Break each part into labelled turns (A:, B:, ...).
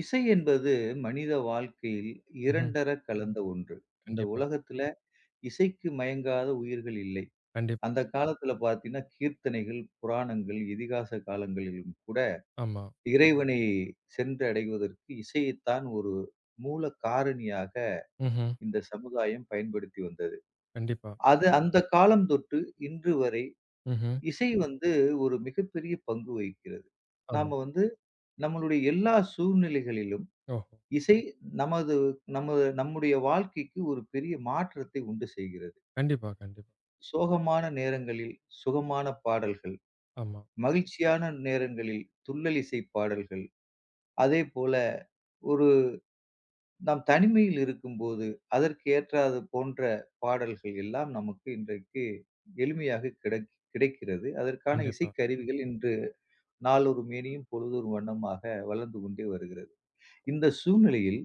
A: இசை என்பது மனித வாழ்க்கையில்
B: ம்ஹ்ம்.
A: இரண்டற கலந்த ஒன்று. இந்த
B: கண்டிப்பா,
A: உலகத்துல இசைக்கு மயங்காத உயிர்கள் இல்லை.
B: கண்டிப்பா.
A: அந்த காலத்துல பார்த்தீங்கன்னா, கீர்த்தனைகள், புராணங்கள், இதிகாச காலங்களிலும் கூட
B: ஆமா.
A: இறைவனை சென்றடைவதற்கு இசையைத்தான் ஒரு மூல காரணியாக
B: ம்ஹ்ம்.
A: இந்த சமுதாயம் பயன்படுத்தி வந்தது.
B: கண்டிப்பா.
A: அது அந்த காலம் தொட்டு இன்று வரை
B: ம்ஹ்ம்.
A: இசை ஒரு மிகப்பெரிய பங்கு வகிக்கிறது.
B: ஆமா.
A: நாம நம்மளுடைய எல்லா சூழ்நிலைகளிலும்
B: ஓஹோ!
A: இசை நமது நம்ம நம்முடைய வாழ்க்கைக்கு ஒரு பெரிய மாற்றத்தை உண்டு செய்கிறது.
B: கண்டிப்பா, கண்டிப்பா.
A: சோகமான நேரங்களில் சுகமான பாடல்கள்,
B: ஆமா.
A: மகிழ்ச்சியான நேரங்களில் துள்ளல் இசை பாடல்கள், அதேபோல ஒரு நாம் தனிமையில் இருக்கும்போது அதற்கு ஏற்றாது போன்ற பாடல்கள் எல்லாம் நமக்கு இன்றைக்கு எளிமையாக கிடைக்கிறது. அதற்கான
B: கண்டிப்பா.
A: இசைக்கருவிகள் இன்று நாளொரு மேனியும் பொழுதொரு வண்ணமாக வளர்ந்து கொண்டே வருகிறது. இந்த சூழ்நிலையில்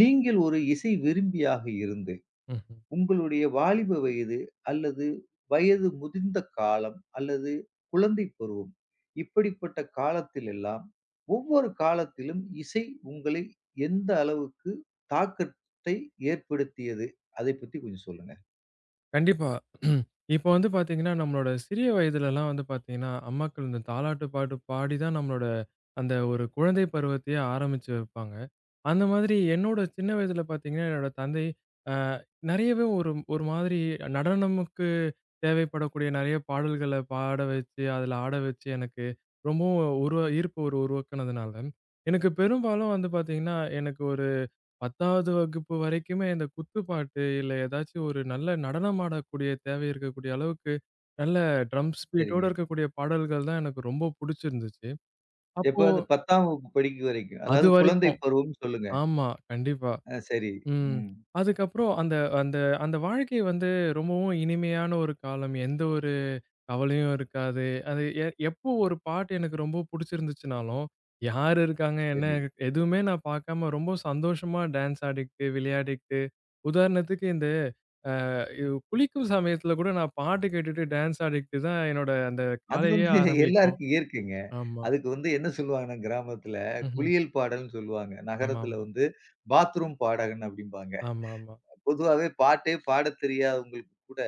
A: நீங்கள் ஒரு இசை விரும்பியாக இருந்து
B: ம்ஹ்ம்.
A: உங்களுடைய வாலிப வயது அல்லது வயது முதிர்ந்த காலம் அல்லது குழந்தை பருவம் இப்படிப்பட்ட காலத்தில் எல்லாம் ஒவ்வொரு காலத்திலும் இசை உங்களை எந்த அளவுக்கு தாக்கத்தை ஏற்படுத்தியது அதை பத்தி கொஞ்சம் சொல்லுங்க.
B: கண்டிப்பா. இப்ப வந்து பாத்தீங்கன்னா, நம்மளோட சிறிய வயதுலலாம் வந்து பாத்தீங்கன்னா, அம்மாக்கள் இந்த தாலாட்டு பாட்டு பாடி தான் நம்மளோட அந்த ஒரு குழந்தை பருவத்தையே ஆரம்பிச்சு வைப்பாங்க. அந்த மாதிரி என்னோட சின்ன வயதில பார்த்தீங்கன்னா, என்னோட தந்தை அ நெறையவே ஒரு ஒரு மாதிரி நடனமுக்கு தேவைப்படக்கூடிய நெறைய பாடல்கள பாட வச்சு, அதில ஆட வச்சு எனக்கு ரொம்பவும் உருவ ஈர்ப்பு ஒரு உருவாக்குனதுனால, எனக்கு பெரும்பாலும் வந்து பார்த்தீங்கன்னா, எனக்கு ஒரு 10வது வகுப்பு வரைக்குமே இந்த குத்துப்பாட்டு, இல்ல ஏதாச்சும் ஒரு நல்ல நடனம் ஆடக்கூடிய தேவை இருக்கக்கூடிய அளவுக்கு, நல்ல ட்ரம் பீட்டோட
A: சரிங்க.
B: இருக்கக்கூடிய பாடல்கள் தான் எனக்கு ரொம்ப புடிச்சிருந்துச்சு. அப்போ
A: எப்ப அந்த 10ஆம் வகுப்பு படிக்கும் வரைக்கும். அதாவது குழந்தை
B: அதுவரைக்கும்
A: பருவம்னு சொல்லுங்க.
B: ஆமா, கண்டிப்பா.
A: சரி.
B: ம்.
A: ம்.
B: அதுக்கப்புறம் அந்த அந்த அந்த வாழ்க்கை வந்து ரொம்பவும் இனிமையான ஒரு காலம். எந்த ஒரு கவலையும் இருக்காது. அது எப்போ ஒரு பாட்டு எனக்கு ரொம்ப புடிச்சிருந்துச்சுனாலும், யார் இருக்காங்க? என்ன?
A: சரி.
B: எதுவுமே நான் பார்க்காம ரொம்ப சந்தோஷமா டான்ஸ் ஆடிக்கிட்டு, விளையாடிக்கிட்டு உதாரணத்துக்கு இந்த குளிக்கும் சமயத்துல கூட நான் பாட்டு கேட்டுட்டு டான்ஸ் ஆடிக்கிட்டு தான் என்னோட அந்த
A: அது
B: காலையே ஆரம்பிக்கும்.
A: எல்லாருக்கும் இயற்கைங்க.
B: ஆமா.
A: அதுக்கு என்ன சொல்லுவாங்கன்னா, கிராமத்துல
B: ம்ஹ்ம்.
A: குளியல் பாடல்ன்னு சொல்லுவாங்க. நகரத்துல
B: ஆமாமா.
A: பாத்ரூம் பாடகன் அப்டிம்பாங்க.
B: ஆமாமா.
A: பொதுவாவே பாட்டே பாடத் தெரியாதவங்களுக்கு கூட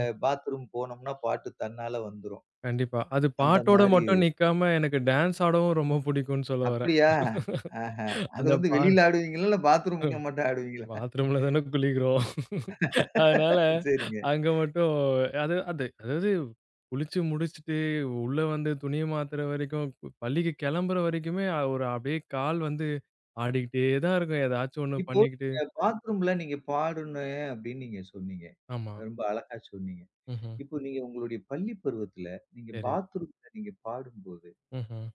A: பாத்ரூம் போனோம்னா பாட்டு தன்னால வந்துரும்.
B: கண்டிப்பா. அது
A: அந்த
B: பாட்டோட
A: மாரி
B: மட்டும் நிக்காம, எனக்கு டான்ஸ் ஆடவும் ரொம்ப புடிக்கும்னு சொல்ல வரேன்.
A: அப்டியா? ஆஹா. அது
B: அந்த பா
A: வெளியில ஆடுவீங்களா? இல்ல பாத்ரூமுக்குள்ள மட்டும் ஆடுவீங்களா?
B: பாத்ரூம்ல தானே குளிக்கிறோம். அதனால
A: சரிங்க.
B: அங்க மட்டும் அது அது அதாவது குளிச்சு முடிச்சுட்டு, உள்ள வந்து துணிய மாத்துற வரைக்கும், பள்ளிக்கு கெளம்புற வரைக்குமே ஒரு அப்படியே கால் வந்து ஆடிக்கிட்டே தான் இருக்கும். ஏதாச்சும் ஒண்ணு
A: இப்போ
B: பண்ணிக்கிட்டு.
A: பாத்ரூம்ல நீங்க பாடுனேன் அப்டின்னு நீங்க சொன்னீங்க.
B: ஆமா.
A: ரொம்ப அழகா சொன்னீங்க.
B: ம்ஹ்ம்.
A: இப்போ நீங்க உங்களுடைய பள்ளி பருவத்துல நீங்க
B: சரி.
A: பாத்ரூம்ல நீங்க பாடும்போது
B: ம்ஹ்ம்.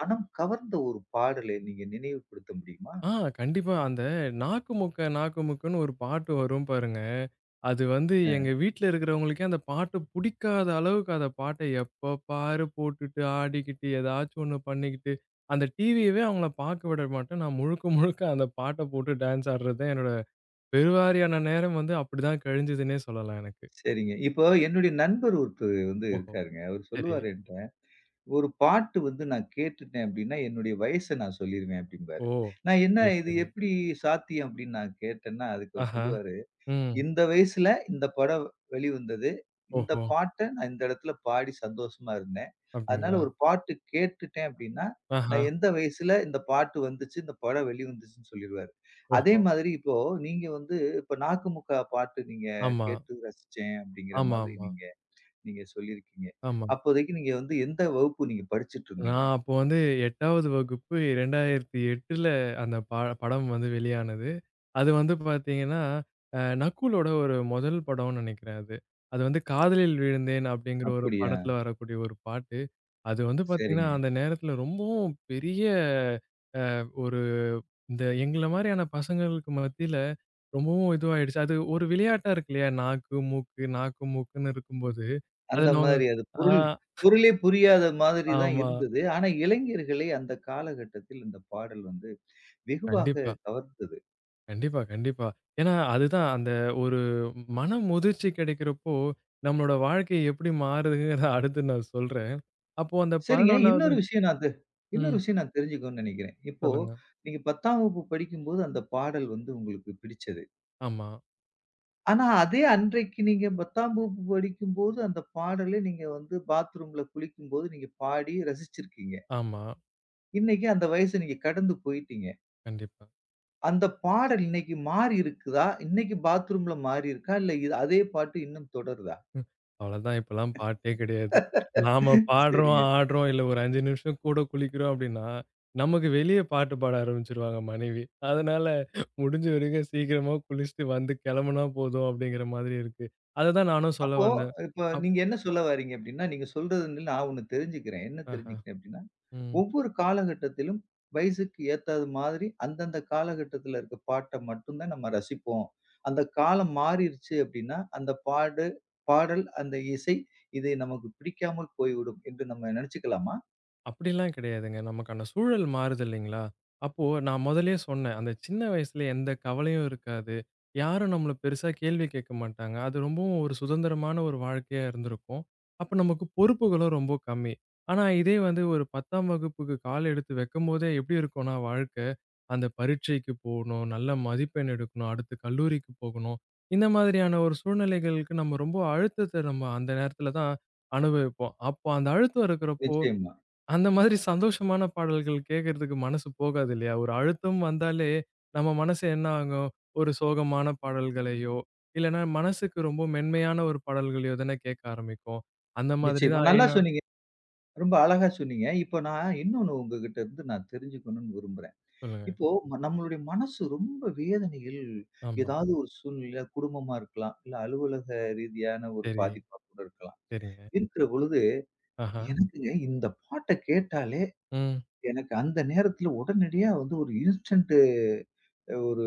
A: மனம் கவர்ந்த ஒரு பாடலை நீங்க நினைவுபடுத்த முடியுமா?
B: ஆ கண்டிப்பா. அந்த நாக்கு முக்க நாக்கு முக்குன்னு ஒரு பாட்டு வரும் பாருங்க. அது வந்து எங்க வீட்ல இருக்கிறவங்களுக்கே அந்த பாட்டு புடிக்காத அளவுக்கு அந்த பாட்ட எப்ப பாரு போட்டுட்டு, ஆடிக்கிட்டு, ஏதாச்சும் ஒண்ணு பண்ணிக்கிட்டு, அந்த டிவியவே அவங்கள பார்க்க விட மாட்டேன். நான் முழுக்க முழுக்க அந்த பாட்ட போட்டு டான்ஸ் ஆடுறது தான் என்னோட பெருவாரியான நேரம் வந்து அப்படிதான் கழிஞ்சதுன்னே சொல்லலாம் எனக்கு.
A: சரிங்க. இப்போ என்னுடைய நண்பர் ஒருத்தர்
B: ஓஹோ!
A: இருக்காருங்க. அவரு
B: சரி.
A: சொல்லுவாரு என்ட்ட, "ஒரு பாட்டு நான் கேட்டுட்டேன் அப்டின்னா, என்னுடைய வயச நான் சொல்லிருவேன்" அப்டிம்பாரு.
B: ஓ!
A: நான் "என்ன
B: சரி,
A: இது
B: சரி.
A: எப்டி சாத்தியம்?" அப்டின்னு நான் கேட்டேன்னா, அதுக்கு அவரு
B: ஆஹா.
A: சொல்லுவாரு,
B: ம்.
A: இந்த வயசுல இந்த படம் வெளிவந்தது. இந்த
B: ஓஹோ!
A: பாட்ட நான் இந்த இடத்துல பாடி சந்தோஷமா இருந்தேன். அதனால
B: அப்படிங்களா?
A: ஒரு பாட்டு கேட்டுட்டேன் அப்டின்னா,
B: ஆஹா.
A: நான் எந்த வயசுல இந்த பாட்டு வந்துச்சு, இந்த படம் வெளிவந்துச்சுன்னு சொல்லிருவாரு. அதே
B: ஓஹோ!
A: மாதிரி இப்போ நீங்க இப்ப "நாக்குமுக்கா" பாட்டு நீங்க
B: ஆமா.
A: கேட்டு ரசிச்சேன் அப்டிங்கிற மாதிரி
B: ஆமாமா.
A: நீங்க நீங்க சொல்லியிருக்கீங்க.
B: ஆமா. ஆமா
A: அப்போதைக்கு நீங்க எந்த வகுப்பு நீங்க படிச்சுட்டு இருந்தீங்க?
B: நான் அப்போ வந்து 8வது வகுப்பு 2008ல அந்த ப படம் வந்து வெளியானது. அது வந்து பார்த்தீங்கன்னா, நக்குலோட ஒரு முதல் படம்னு நினைக்கிறேன் அது. அது வந்து காதலில் விழுந்தேன் அப்படிங்கிற ஒரு
A: அப்படியா?
B: படத்துல வரக்கூடிய ஒரு பாட்டு. அது வந்து பார்த்தீங்கன்னா,
A: சரிங்க.
B: அந்த நேரத்துல ரொம்பவும் பெரிய ஒரு இந்த எங்கள மாரியான பசங்களுக்கு மத்தியில ரொம்பவும் இதுவாயிடுச்சு. அது ஒரு விளையாட்டா இருக்கு இல்லையா? நாக்கு, மூக்கு, நாக்கு, மூக்குன்னு இருக்கும்போது, அது
A: அந்த
B: நாங்க
A: மாதிரி அது
B: ஆ
A: பொருளே புரியாத மாதிரி தான்
B: ஆமா.
A: இருந்தது. ஆனா, இளைஞர்களை அந்த காலகட்டத்தில் அந்த பாடல் வெகுவாக
B: கண்டிப்பா.
A: கவர்ந்தது.
B: கண்டிப்பா, கண்டிப்பா. ஏன்னா, அதுதான் அந்த ஒரு மன முதிர்ச்சி கிடைக்கிறப்போ, நம்மளோட வாழ்க்கை எப்படி மாறுதுங்கிறத அடுத்து நான் சொல்றேன். அப்போ அந்த
A: சரிங்க.
B: 11வது
A: இன்னொரு
B: ம்.
A: விஷயம் நான் தெரிஞ்சுக்கணும்னு நெனைக்கிறேன். இப்போ
B: சொல்லுங்க.
A: நீங்க 10ஆம் வகுப்பு படிக்கும்போது அந்த பாடல் உங்களுக்கு பிடிச்சது.
B: ஆமா,
A: ஆனா, அதே அன்றைக்கு நீங்க 10ஆம் வகுப்பு படிக்கும்போது அந்த பாடலை நீங்க பாத்ரூம்ல குளிக்கும்போது நீங்க பாடி ரசிச்சிருக்கீங்க.
B: ஆமா.
A: இன்னைக்கு அந்த வயச நீங்க கடந்து போயிட்டீங்க.
B: கண்டிப்பா.
A: அந்த பாடல் இன்னைக்கு மாறி இருக்குதா? இன்னைக்கு பாத்ரூம்ல மாறி இருக்கா? இல்ல இது அதே பாட்டு இன்னும் தொடருதா?
B: ம். அவ்வளதான் இப்பலாம் பாட்டே கிடையாது. நாம பாடுறோம்,
A: சரிங்க.
B: ஆடுறோம் இல்ல ஒரு 5 நிமிஷம் கூட குளிக்கிறோம் அப்படின்னா, நமக்கு வெளிய பாட்டு பாட ஆரம்பிச்சுருவாங்க மனைவி. அதனால முடிஞ்ச வரைக்கும் சீக்கிரமா குளிச்சுட்டு வந்து கிளம்புனா போதும் அப்படிங்கிற மாதிரி இருக்கு. அததான் நானும் சொல்ல
A: அப்போ
B: வந்தேன்.
A: இப்ப
B: அப்
A: நீங்க என்ன சொல்ல வாரீங்க அப்டின்னா, நீங்க சொல்றதுல நான் ஒண்ணு தெரிஞ்சுக்கிறேன். என்ன
B: ஆஹா.
A: தெரிஞ்சுக்கிறேன் அப்டின்னா,
B: ம்.
A: ஒவ்வொரு காலகட்டத்திலும் வயசுக்கு ஏத்தாது மாதிரி அந்தந்த காலகட்டத்தில இருக்க பாட்ட மட்டும் தான் நம்ம ரசிப்போம். அந்த காலம் மாறிருச்சு அப்டின்னா, அந்த பாடல், அந்த இசை இது நமக்கு பிடிக்காமல் போய்விடும் என்று நம்ம நெனச்சுக்கலாமா?
B: அப்படிலாம் கிடையாதுங்க. நமக்கான சூழல் மாறுது இல்லைங்களா? அப்போ நான் முதல்லயே சொன்னேன். அந்த சின்ன வயசுல எந்த கவலையும் இருக்காது. யாரும் நம்மள பெருசா கேள்வி கேட்க மாட்டாங்க. அது ரொம்பவும் ஒரு சுதந்திரமான ஒரு வாழ்க்கையா இருந்திருக்கும். அப்ப நமக்கு பொறுப்புகளும் ரொம்ப கம்மி. ஆனா இதே வந்து ஒரு 10ஆம் வகுப்புக்கு கால் எடுத்து வைக்கும்போதே எப்படி இருக்கும்னா வாழ்க்கை, அந்த பரீட்சைக்கு போணும், நல்ல மதிப்பெண் எடுக்கணும், அடுத்து கல்லூரிக்கு போகணும். இந்த மாதிரியான ஒரு சூழ்நிலைகளுக்கு நம்ம ரொம்ப அழுத்தத்த நம்ம அந்த நேரத்துல தான் அனுபவிப்போம். அப்போ அந்த அழுத்தம் இருக்கிறப்போ
A: நிச்சயமா,
B: அந்த மாதிரி சந்தோஷமான பாடல்கள் கேட்கறதுக்கு மனசு போகாது இல்லையா? ஒரு அழுத்தம் வந்தாலே, நம்ம மனசு என்ன ஆகும்? ஒரு சோகமான பாடல்களையோ, இல்லன்னா மனசுக்கு ரொம்ப மென்மையான ஒரு பாடல்களையோ தானே கேட்க ஆரம்பிக்கும். அந்த மாதிரி
A: நிச்சயமா.
B: தான்
A: நல்லா
B: ஏன்னா
A: சொன்னீங்க. ரொம்ப அழகா சொன்னீங்க. இப்போ நான் இன்னொன்னு உங்ககிட்ட இருந்து நான் தெரிஞ்சுக்கணும்னு விரும்புறேன்.
B: சொல்லுங்க.
A: இப்போ நம்மளுடைய மனசு ரொம்ப வேதனையில்
B: ஆமா.
A: ஏதாவது ஒரு சூழ்நிலையில குடும்பமா இருக்கலாம், இல்ல அலுவலக ரீதியான ஒரு
B: சரி,
A: பாதிப்பா கூட இருக்கலாம்.
B: சரிங்க.
A: இருக்கிற பொழுது
B: ஆஹா.
A: எனக்குங்க இந்த பாட்ட கேட்டாலே
B: ம்.
A: எனக்கு அந்த நேரத்துல உடனடியா ஒரு இன்ஸ்டன்ட் ஒரு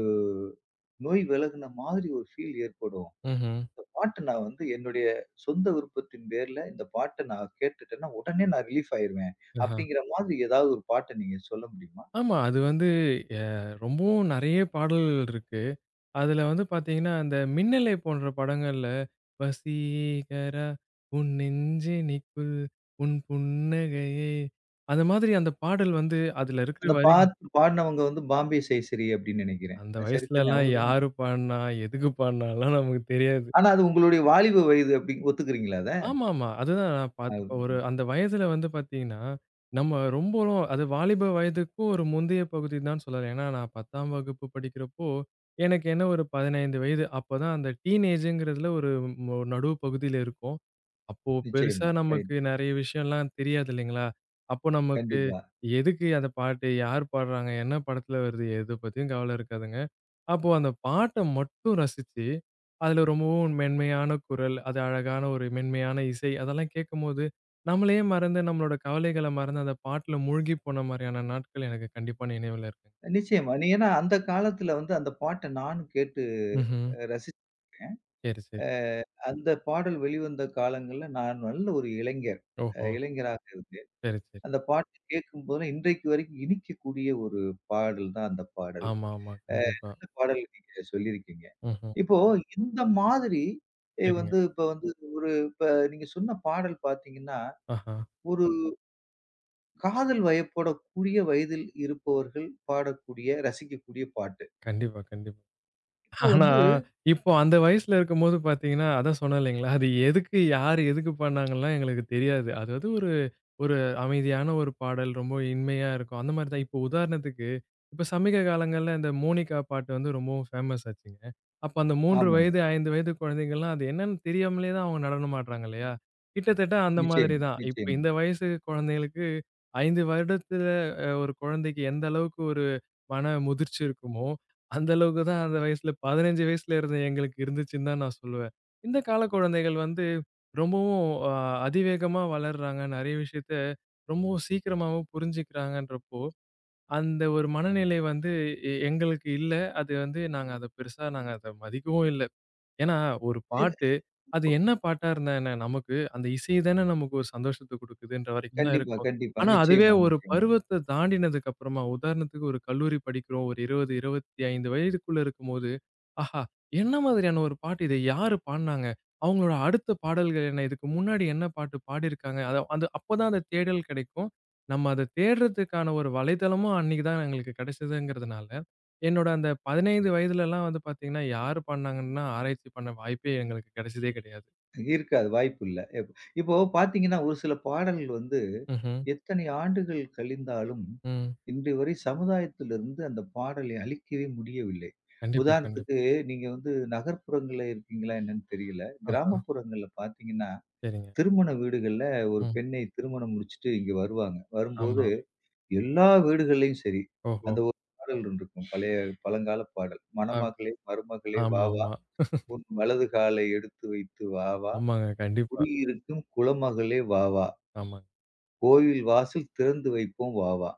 A: நோய் விலகுன மாதிரி ஒரு ஃபீல் ஏற்படும்.
B: ம்ஹ்ம்.
A: இந்த பாட்டு நான் என்னுடைய சொந்த விருப்பத்தின் பேர்ல இந்த பாட்ட நான் கேட்டுட்டேன்னா, உடனே நான் ரிலீஃப் ஆயிருவேன்.
B: ஆஹா.
A: அப்படிங்கிற மாதிரி ஏதாவது ஒரு பாட்ட நீங்க சொல்ல முடியுமா?
B: ஆமா. அது வந்து எ ரொம்பவும் நெறைய பாடல்கள் இருக்கு. அதுல வந்து பாத்தீங்கன்னா, அந்த "மின்னலை" போன்ற படங்கள்ல, "வசீகரா உன் நெஞ்சினிக்குள் உன் புன்னகையை" அந்த மாதிரி அந்த பாடல் வந்து அதுல இருக்கிற
A: அந்த
B: வரிகள்
A: பாட்டு பாடுனவங்க பாம்பே சேசரி அப்படின்னு நினைக்கிறேன்.
B: அந்த
A: அது சரிதானே?
B: வயசுலலாம்
A: அவங்க தானே?
B: யாரு பாடுனா? எதுக்கு பாடுனான்லாம் நமக்கு தெரியாது.
A: ஆனா அது உங்களுடைய வாலிப வயது அப்படி ஒத்துக்கிறீங்களா அத?
B: ஆமாமா. அதுதான் நான்
A: அது
B: பார்த்தப்ப ஒரு அந்த வயதுல வந்து பாத்தீங்கன்னா, நம்ம ரொம்பவும் அது வாலிப வயதுக்கும் ஒரு முந்தைய பகுதி தான் சொல்லலாம். ஏன்னா, நான் 10ஆம் வகுப்பு படிக்கிறப்போ, எனக்கு என்ன ஒரு 15 வயது. அப்பதான் அந்த டீனேஜ்ங்கிறதுல ஒரு நடுவு பகுதியில இருக்கும். அப்போ பெருசா
A: நிச்சயமா. ரைட்.
B: நமக்கு நெறைய விஷயம்லாம் தெரியாது இல்லைங்களா? அப்போ நமக்கு
A: கண்டிப்பா.
B: எதுக்கு அந்த பாட்டு? யார் பாடுறாங்க? என்ன படத்துல வருது? எத பத்தியும் கவல இருக்காதுங்க. அப்போ அந்த பாட்ட மட்டும் ரசிச்சு, அதுல ரொம்பவும் மென்மையான குரல், அது அழகான ஒரு மென்மையான இசை அதெல்லாம் கேட்கும்போது, நம்மளையே மறந்து நம்மளோட கவலைகள மறந்து அந்த பாட்டுல மூழ்கி போன மாரியான நாட்கள் எனக்கு கண்டிப்பா நினைவுல இருக்குங்க.
A: நிச்சயமா. நீ ஏன்னா அந்த காலத்துல அந்த பாட்ட நானும் கேட்டு
B: ம்ஹ்ம்.
A: ரசிச்சிருக்கேன்.
B: சரி, சரி.
A: அந்த பாடல் வெளிவந்த காலங்கள்ல நான் நல்ல ஒரு இளைஞர்.
B: ஓஹோ!
A: இளைஞராக இருந்தேன்.
B: சரி, சரி.
A: அந்த பாட்டு கேட்கும்போது இன்றைக்கு வரைக்கும் இனிக்கக்கூடிய ஒரு பாடல் தான் அந்த பாடல்.
B: ஆமா, ஆமா.
A: அ
B: கண்டிப்பா.
A: நல்ல பாடல் நீங்க சொல்லியிருக்கீங்க.
B: ம்ஹ்ம்.
A: இப்போ இந்த மாதிரி எ
B: சரிங்க.
A: வந்து இப்ப வந்து ஒரு இப்ப நீங்க சொன்ன பாடல் பார்த்தீங்கன்னா,
B: ஆஹா.
A: ஒரு காதல் வயப்போட கூடிய வயதில் இருப்பவர்கள் பாடக்கூடிய, ரசிக்கக்கூடிய பாட்டு.
B: கண்டிப்பா, கண்டிப்பா.
A: இப்போ
B: ஆனா,
A: வந்து
B: இப்போ அந்த வயசுல இருக்கும்போது பார்த்தீங்கன்னா, அதான் சொன்னேன் இல்லைங்களா? அது எதுக்கு, யார் எதுக்கு பண்ணாங்கலாம் எங்களுக்கு தெரியாது. அதாவது ஒரு ஒரு அமைதியான ஒரு பாடல், ரொம்ப இனிமையா இருக்கும். அந்த மாரி தான். இப்போ உதாரணத்துக்கு, இப்ப சமீக காலங்கள்ல இந்த மோனிகா பாட்டு வந்து ரொம்பவும் ஃபேமஸ் ஆச்சுங்க. அப்ப அந்த 3
A: ஆமாங்க.
B: வயது, 5 வயது குழந்தைங்கள்லாம் அது என்னன்னு தெரியாமலே தான் அவங்க நடனம் ஆடுறாங்க இல்லையா? கிட்டத்தட்ட அந்த மாதிரி
A: நிச்சயமா,
B: தான். இப்ப
A: நிச்சயமா.
B: இந்த வயசு குழந்தைகளுக்கு 5 வருடத்துல ஒரு குழந்தைக்கு எந்த அளவுக்கு ஒரு மன முதிர்ச்சி இருக்குமோ, அந்த அளவுக்கு தான் அந்த வயசுல 15 வயசுல இருந்த எங்களுக்கு இருந்துச்சுன்னு தான் நான் சொல்லுவேன். இந்த கால குழந்தைகள் வந்து ரொம்பவும் அதிவேகமா வளர்றாங்க. நெறைய விஷயத்த ரொம்பவும் சீக்கிரமாவும் புரிஞ்சுக்கிறாங்கன்றப்போ, அந்த ஒரு மனநிலை வந்து எங்களுக்கு இல்ல. அது வந்து நாங்க அத பெருசா நாங்க அத மதிக்கவும் இல்ல. ஏன்னா, ஒரு
A: சில
B: பாட்டு, அது என்ன பாட்டா இருந்தா என்ன? நமக்கு அந்த இசை தானே நமக்கு ஒரு சந்தோஷத்த குடுக்குதுன்ற வரைக்கும் தான்
A: கண்டிப்பா,
B: இருக்கும்.
A: கண்டிப்பா.
B: ஆனா, அதுவே
A: நிச்சயமா,
B: ஒரு
A: நிச்சயமா.
B: பருவத்த தாண்டினதுக்கு அப்புறமா, உதாரணத்துக்கு ஒரு கல்லூரி படிக்கிறோம். ஒரு 20, 25 வயதுக்குள்ள இருக்கும்போது, ஆஹா! என்ன மாதிரியான ஒரு பாட்டு? இத யாரு பாடுனாங்க? அவங்களோட அடுத்த பாடல்கள் என்ன? இதுக்கு முன்னாடி என்ன பாட்டு பாடியிருக்காங்க? அத அந்த அப்பதான் அந்த தேடல் கெடைக்கும். நம்ம அத தேடுறதுக்கான ஒரு வலைத்தளமும் அன்னைக்கு தான் எங்களுக்கு கெடைச்சதுங்கிறதுனால என்னோட அந்த 15 வயதுலலாம் வந்து பார்த்தீங்கன்னா, யாரு பண்ணாங்கன்னா ஆராய்ச்சி பண்ண வாய்ப்பே எங்களுக்கு கிடைச்சதே கிடையாது.
A: இருக்காது. வாய்ப்பில்ல. இப்போ பார்த்தீங்கன்னா, ஒரு சில பாடல்கள்
B: ம்ஹ்ம்.
A: எத்தனை ஆண்டுகள் கழிந்தாலும்,
B: ம்.
A: இன்று வரை சமுதாயத்திலிருந்து அந்த பாடலை அழிக்கவே முடியவில்லை.
B: கண்டிப்பா, கண்டிப்பா.
A: உதாரணத்துக்கு நீங்க நகர்ப்புறங்கள்ல இருக்கீங்களா என்னன்னு தெரியல.
B: ஆஹா!
A: கிராமப்புறங்கள்ல பார்த்தீங்கன்னா,
B: சரிங்க.
A: திருமண வீடுகள்ல ஒரு
B: ம்.
A: பெண்ணை திருமணம் முடிச்சுட்டு இங்க வருவாங்க. வரும்போது
B: ஆமா.
A: எல்லா வீடுகள்லயும் சரி,
B: ஓஹோ!
A: அந்த ஒரு பாடல் இருந்திருக்கும். பழைய பழங்கால பாடல்.
B: அம்
A: "மணமகளே, மருமகளே வா வா!
B: ஆமாமா.
A: உன் வலது காலை எடுத்து வைத்து வா வா!
B: ஆமாங்க. கண்டிப்பா.
A: குடியிருக்கும் குலமகளே வா வா!
B: ஆமாங்க.
A: கோயில் வாசல் திறந்து வைப்போம் வா வா!"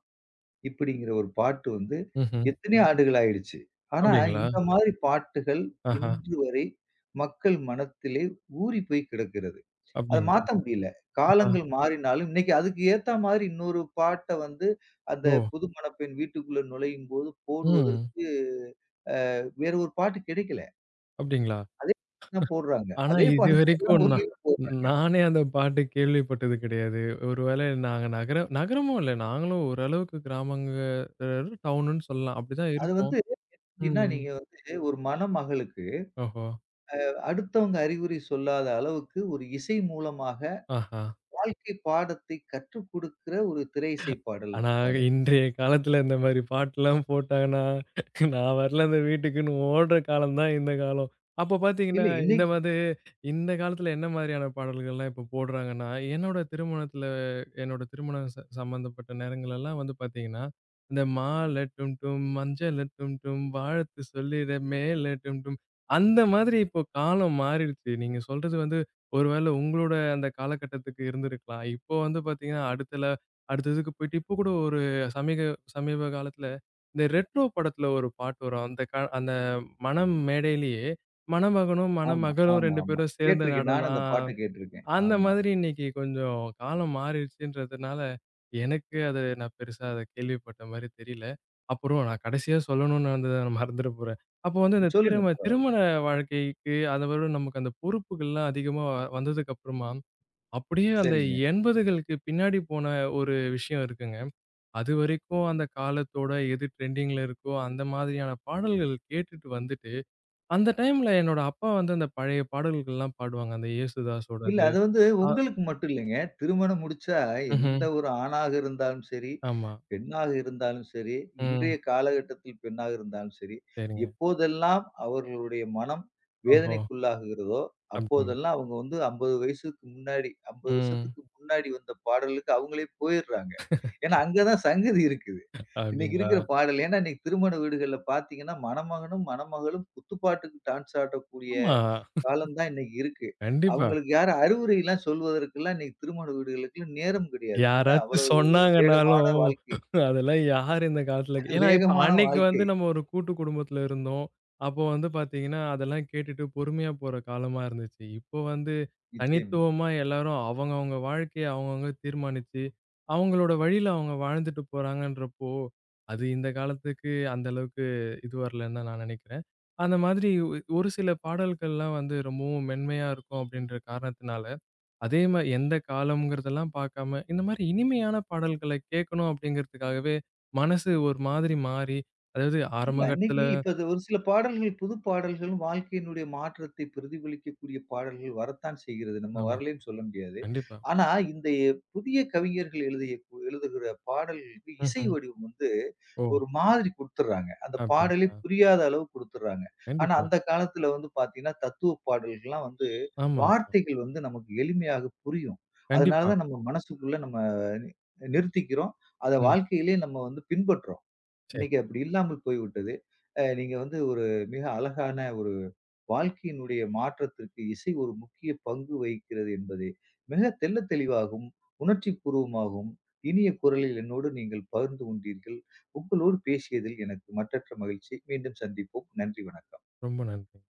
A: இப்படிங்கிற ஒரு பாட்டு வந்து
B: ம்ஹ்ம்.
A: எத்தனை ம். ஆண்டுகள் ஆயிடுச்சு. ஆனா,
B: அப்டிங்களா?
A: இந்த மாதிரி பாட்டுகள்
B: ஆஹா!
A: இன்று வரை மக்கள் மனத்திலே ஊறிப் போய் கிடக்கிறது. அத
B: அப்டிங்களா?
A: மாத்த முடியல.
B: ஆஹா!
A: காலங்கள் மாறினாலும் இன்னைக்கு அதுக்கு ஏத்தா மாதிரி இன்னொரு பாட்ட அந்த
B: ஓ!
A: புது மணப்பெண் வீட்டுக்குள்ள நுழையும்போது
B: ம்.
A: போடுவதற்கு வேற ஒரு பாட்டு கிடைக்கல.
B: அப்டிங்களா?
A: அதே பாட்டு தான் போடுறாங்க.
B: ஆனா
A: அதே பாட்டு தான் எல்லா
B: இதுவரைக்கும் நான்
A: ஊர்லயும் போடுறாங்க.
B: நானே அந்த பாட்டு கேள்விப்பட்டது கிடையாது. ஒருவேளை நாங்க நகரம் நகரமும் இல்ல. நாங்களும் ஓரளவுக்கு கிராமங்க, அ டவுனுன்னு சொல்லலாம். அப்டிதான்
A: அது
B: இருக்கோம்.
A: எப்படின்னா,
B: ம்.
A: நீங்க ஒரு மணமகளுக்கு
B: ஓஹோ!
A: அடுத்தவங்க அறிகுறி சொல்லாத அளவுக்கு ஒரு இசை மூலமாக
B: ஆஹா!
A: வாழ்க்கை பாடத்தை கற்றுக் கொடுக்கிற ஒரு திரை இசை பாடல்
B: ஆனா
A: இந்த பாடல்.
B: இன்றைய காலத்துல இந்த மாரி பாட்டுலாம் போட்டாங்கன்னா, நான் வரல அந்த வீட்டுக்குன்னு ஓடுற காலம் தான் இந்த காலம். அப்போ
A: இல்ல
B: பார்த்தீங்கன்னா, இந்த
A: இன்னைக்கு
B: மாதிரி இந்த காலத்துல என்ன மாதிரியான பாடல்கள்லாம் இப்போ போடுறாங்கன்னா, என்னோட திருமணத்துல என்னோட திருமணம் சம்மந்தப்பட்ட நேரங்கள்லாம் வந்து பார்த்தீங்கன்னா, இந்த மாலை டும் டும், மஞ்சள டும் டும், வாழ்த்து சொல்லிட மேல டும் டும். அந்த மாதிரி இப்போ காலம் மாறிடுச்சு. நீங்க சொல்றது வந்து ஒரு வேளை உங்களோட அந்த காலகட்டத்துக்கு இருந்திருக்கலாம். இப்போ வந்து பார்த்தீங்கன்னா, அடுத்த அடுத்ததுக்கு போயிட்டு இப்போ கூட ஒரு சமீக சமீப காலத்துல, இந்த ரெட்ரோ படத்துல ஒரு பாட்டு வரும். அந்த அந்த மணம் மேடையிலேயே மணமகனும்,
A: ஆமா,
B: மணமகளும்
A: ஆமா,
B: 2
A: ஆமா.
B: பேரும் சேர்ந்து
A: கேட்டிருக்கேன். நானும்
B: நடனா.
A: அந்த பாட்ட கேட்டிருக்கேன்.
B: அந்த
A: ஆமா.
B: மாதிரி இன்னைக்கு கொஞ்சம் காலம் மாறிடுச்சுன்றதுனால, எனக்கு அத நான் பெருசா அத கேள்விப்பட்ட மாரி தெரியல. அப்புறம் நான் கடைசியா சொல்லணும்னு இருந்தத நான் மறந்துட போறேன். அப்போ வந்து இந்த
A: சொல்லுங்க பரவால்ல.
B: திருமண வாழ்க்கைக்கு அதோட நமக்கு அந்த பொறுப்புகள்லாம் அதிகமா வந்ததுக்கு அப்புறமா அப்படியே அந்த
A: சரிங்க.
B: 80களுக்கு பின்னாடி போன ஒரு விஷயம் இருக்குங்க. அதுவரைக்கும் அந்த காலத்தோட எது ட்ரெண்டிங்ல இருக்கோ, அந்த மாதிரியான பாடல்கள் கேட்டுட்டு வந்துட்டு, அந்த டைம்ல என்னோட அப்பா வந்து அந்த பழைய பாடல்கள்லாம் பாடுவாங்க. அந்த
A: இல்ல.
B: ஏசுதாஸோடது.
A: அது
B: அ
A: உங்களுக்கு மட்டும் இல்லைங்க. திருமணம் முடிச்சா
B: ம்ஹ்ம்.
A: எந்த ஒரு ஆணாக இருந்தாலும் சரி,
B: ஆமா.
A: பெண்ணாக இருந்தாலும் சரி,
B: ம்.
A: இன்றைய காலகட்டத்தில் பெண்ணாக இருந்தாலும் சரி,
B: சரிங்க.
A: எப்போதெல்லாம் அவர்களுடைய மனம்
B: ஓஹோ!
A: வேதனைக்குள்ளாகுகிறதோ,
B: அப்படிங்களா?
A: அப்போதெல்லாம் அவங்க 50 வயசுக்கு முன்னாடி 50
B: ம்.
A: வருஷத்துக்கு முன்னாடி வந்த பாடலுக்கு அவங்களே போயிடுறாங்க. ஏன்னா, அங்க தான் சங்கதி இருக்குது. இன்னைக்கு
B: அப்படிங்களா?
A: இருக்கிற பாடல் ஏன்னா, இன்னைக்கு திருமண வீடுகள்ல பார்த்தீங்கன்னா, மணமகனும், மணமகளும் குத்துப்பாட்டுக்கு டான்ஸ் ஆடக்கூடிய
B: ஆமா.
A: காலம் தான் இன்னைக்கு இருக்கு.
B: கண்டிப்பா.
A: அவங்களுக்கு யாரும் அறிவுரைலாம் சொல்வதற்கெல்லாம் இன்னைக்கு திருமண வீடுகளுக்கு நேரம் கிடையாது. ஏன்னா
B: யாராச்சும்
A: அவ்வளவு ஒரு
B: சொன்னாங்கன்னாலும்,
A: வேகமான வாழ்க்கை.
B: அதெல்லாம் யார் இந்த காலத்துல ஏன்னா இப்ப
A: வேகமான
B: அன்னைக்கு
A: வாழ்க்கை.
B: வந்து நம்ம ஒரு கூட்டு குடும்பத்துல இருந்தோம். அப்போ வந்து பாத்தீங்கன்னா, அதெல்லாம் கேட்டுட்டு பொறுமையா போற காலமா இருந்துச்சு. இப்போ வந்து
A: நிச்சயமா.
B: தனித்துவமா எல்லாரும் அவங்கவங்க வாழ்க்கைய அவங்கவங்க தீர்மானிச்சு, அவங்களோட வழியில அவங்க வாழ்ந்துட்டு போறாங்கன்றப்போ, அது இந்த காலத்துக்கு அந்த அளவுக்கு இது வரலன்னு தான் நான் நெனைக்கிறேன். அந்த மாதிரி ஒரு சில பாடல்கள்லாம் வந்து ரொம்பவும் மென்மையா இருக்கும் அப்படின்ற காரணத்தினால அதே மாரி எந்த காலம்ங்கிறதெல்லாம் பார்க்காம, இந்த மாரி இனிமையான பாடல்கள கேட்கணும் அப்படிங்கிறதுக்காகவே, மனசு ஒரு மாதிரி மாறி, அதாவது
A: இல்ல
B: ஆரம்ப
A: அன்னைக்கு
B: கட்டத்துல
A: இப்ப அது ஒரு சில பாடல்கள், புது பாடல்கள் வாழ்க்கையினுடைய மாற்றத்தை பிரதிபலிக்கக்கூடிய பாடல்கள் வரத்தான் செய்கிறது. நம்ம
B: ஆமா.
A: வரலைன்னு சொல்ல முடியாது.
B: கண்டிப்பா.
A: ஆனா, இந்த புதிய கவிஞர்கள் எழுதுகிற பாடல்களுக்கு இசை
B: ம்ஹ்ம்.
A: வடிவம்
B: ஓ!
A: ஒரு மாதிரி குடுத்துர்றாங்க. அந்த பாடலே
B: அப்படிங்களா?
A: புரியாத அளவு குடுத்துர்றாங்க. ஆனா,
B: கண்டிப்பா.
A: அந்த காலத்துல பாத்தீங்கன்னா, தத்துவ பாடல்கள்லாம்
B: ஆமா, ஆமா.
A: வார்த்தைகள் நமக்கு எளிமையாக புரியும். அதனால
B: கண்டிப்பா.
A: தான் நம்ம மனசுக்குள்ள நம்ம நி- நிறுத்திக்கிறோம். அத
B: ம்.
A: வாழ்க்கையிலே நம்ம பின்பற்றோம்.
B: சரி.
A: இன்னைக்கு அப்படி இல்லாமல் போய்விட்டது. நீங்க ஒரு மிக அழகான ஒரு வாழ்க்கையினுடைய மாற்றத்திற்கு இசை ஒரு முக்கிய பங்கு வகிக்கிறது என்பதை மிக தெள்ளத் தெளிவாகவும், உணர்ச்சிப்பூர்வமாகவும், இனிய குரலில் என்னோடு நீங்கள் பகிர்ந்து கொண்டீர்கள். உங்களோடு பேசியதில் எனக்கு மற்றற்ற மகிழ்ச்சி. மீண்டும் சந்திப்போம். நன்றி, வணக்கம்.
B: ரொம்ப நன்றி.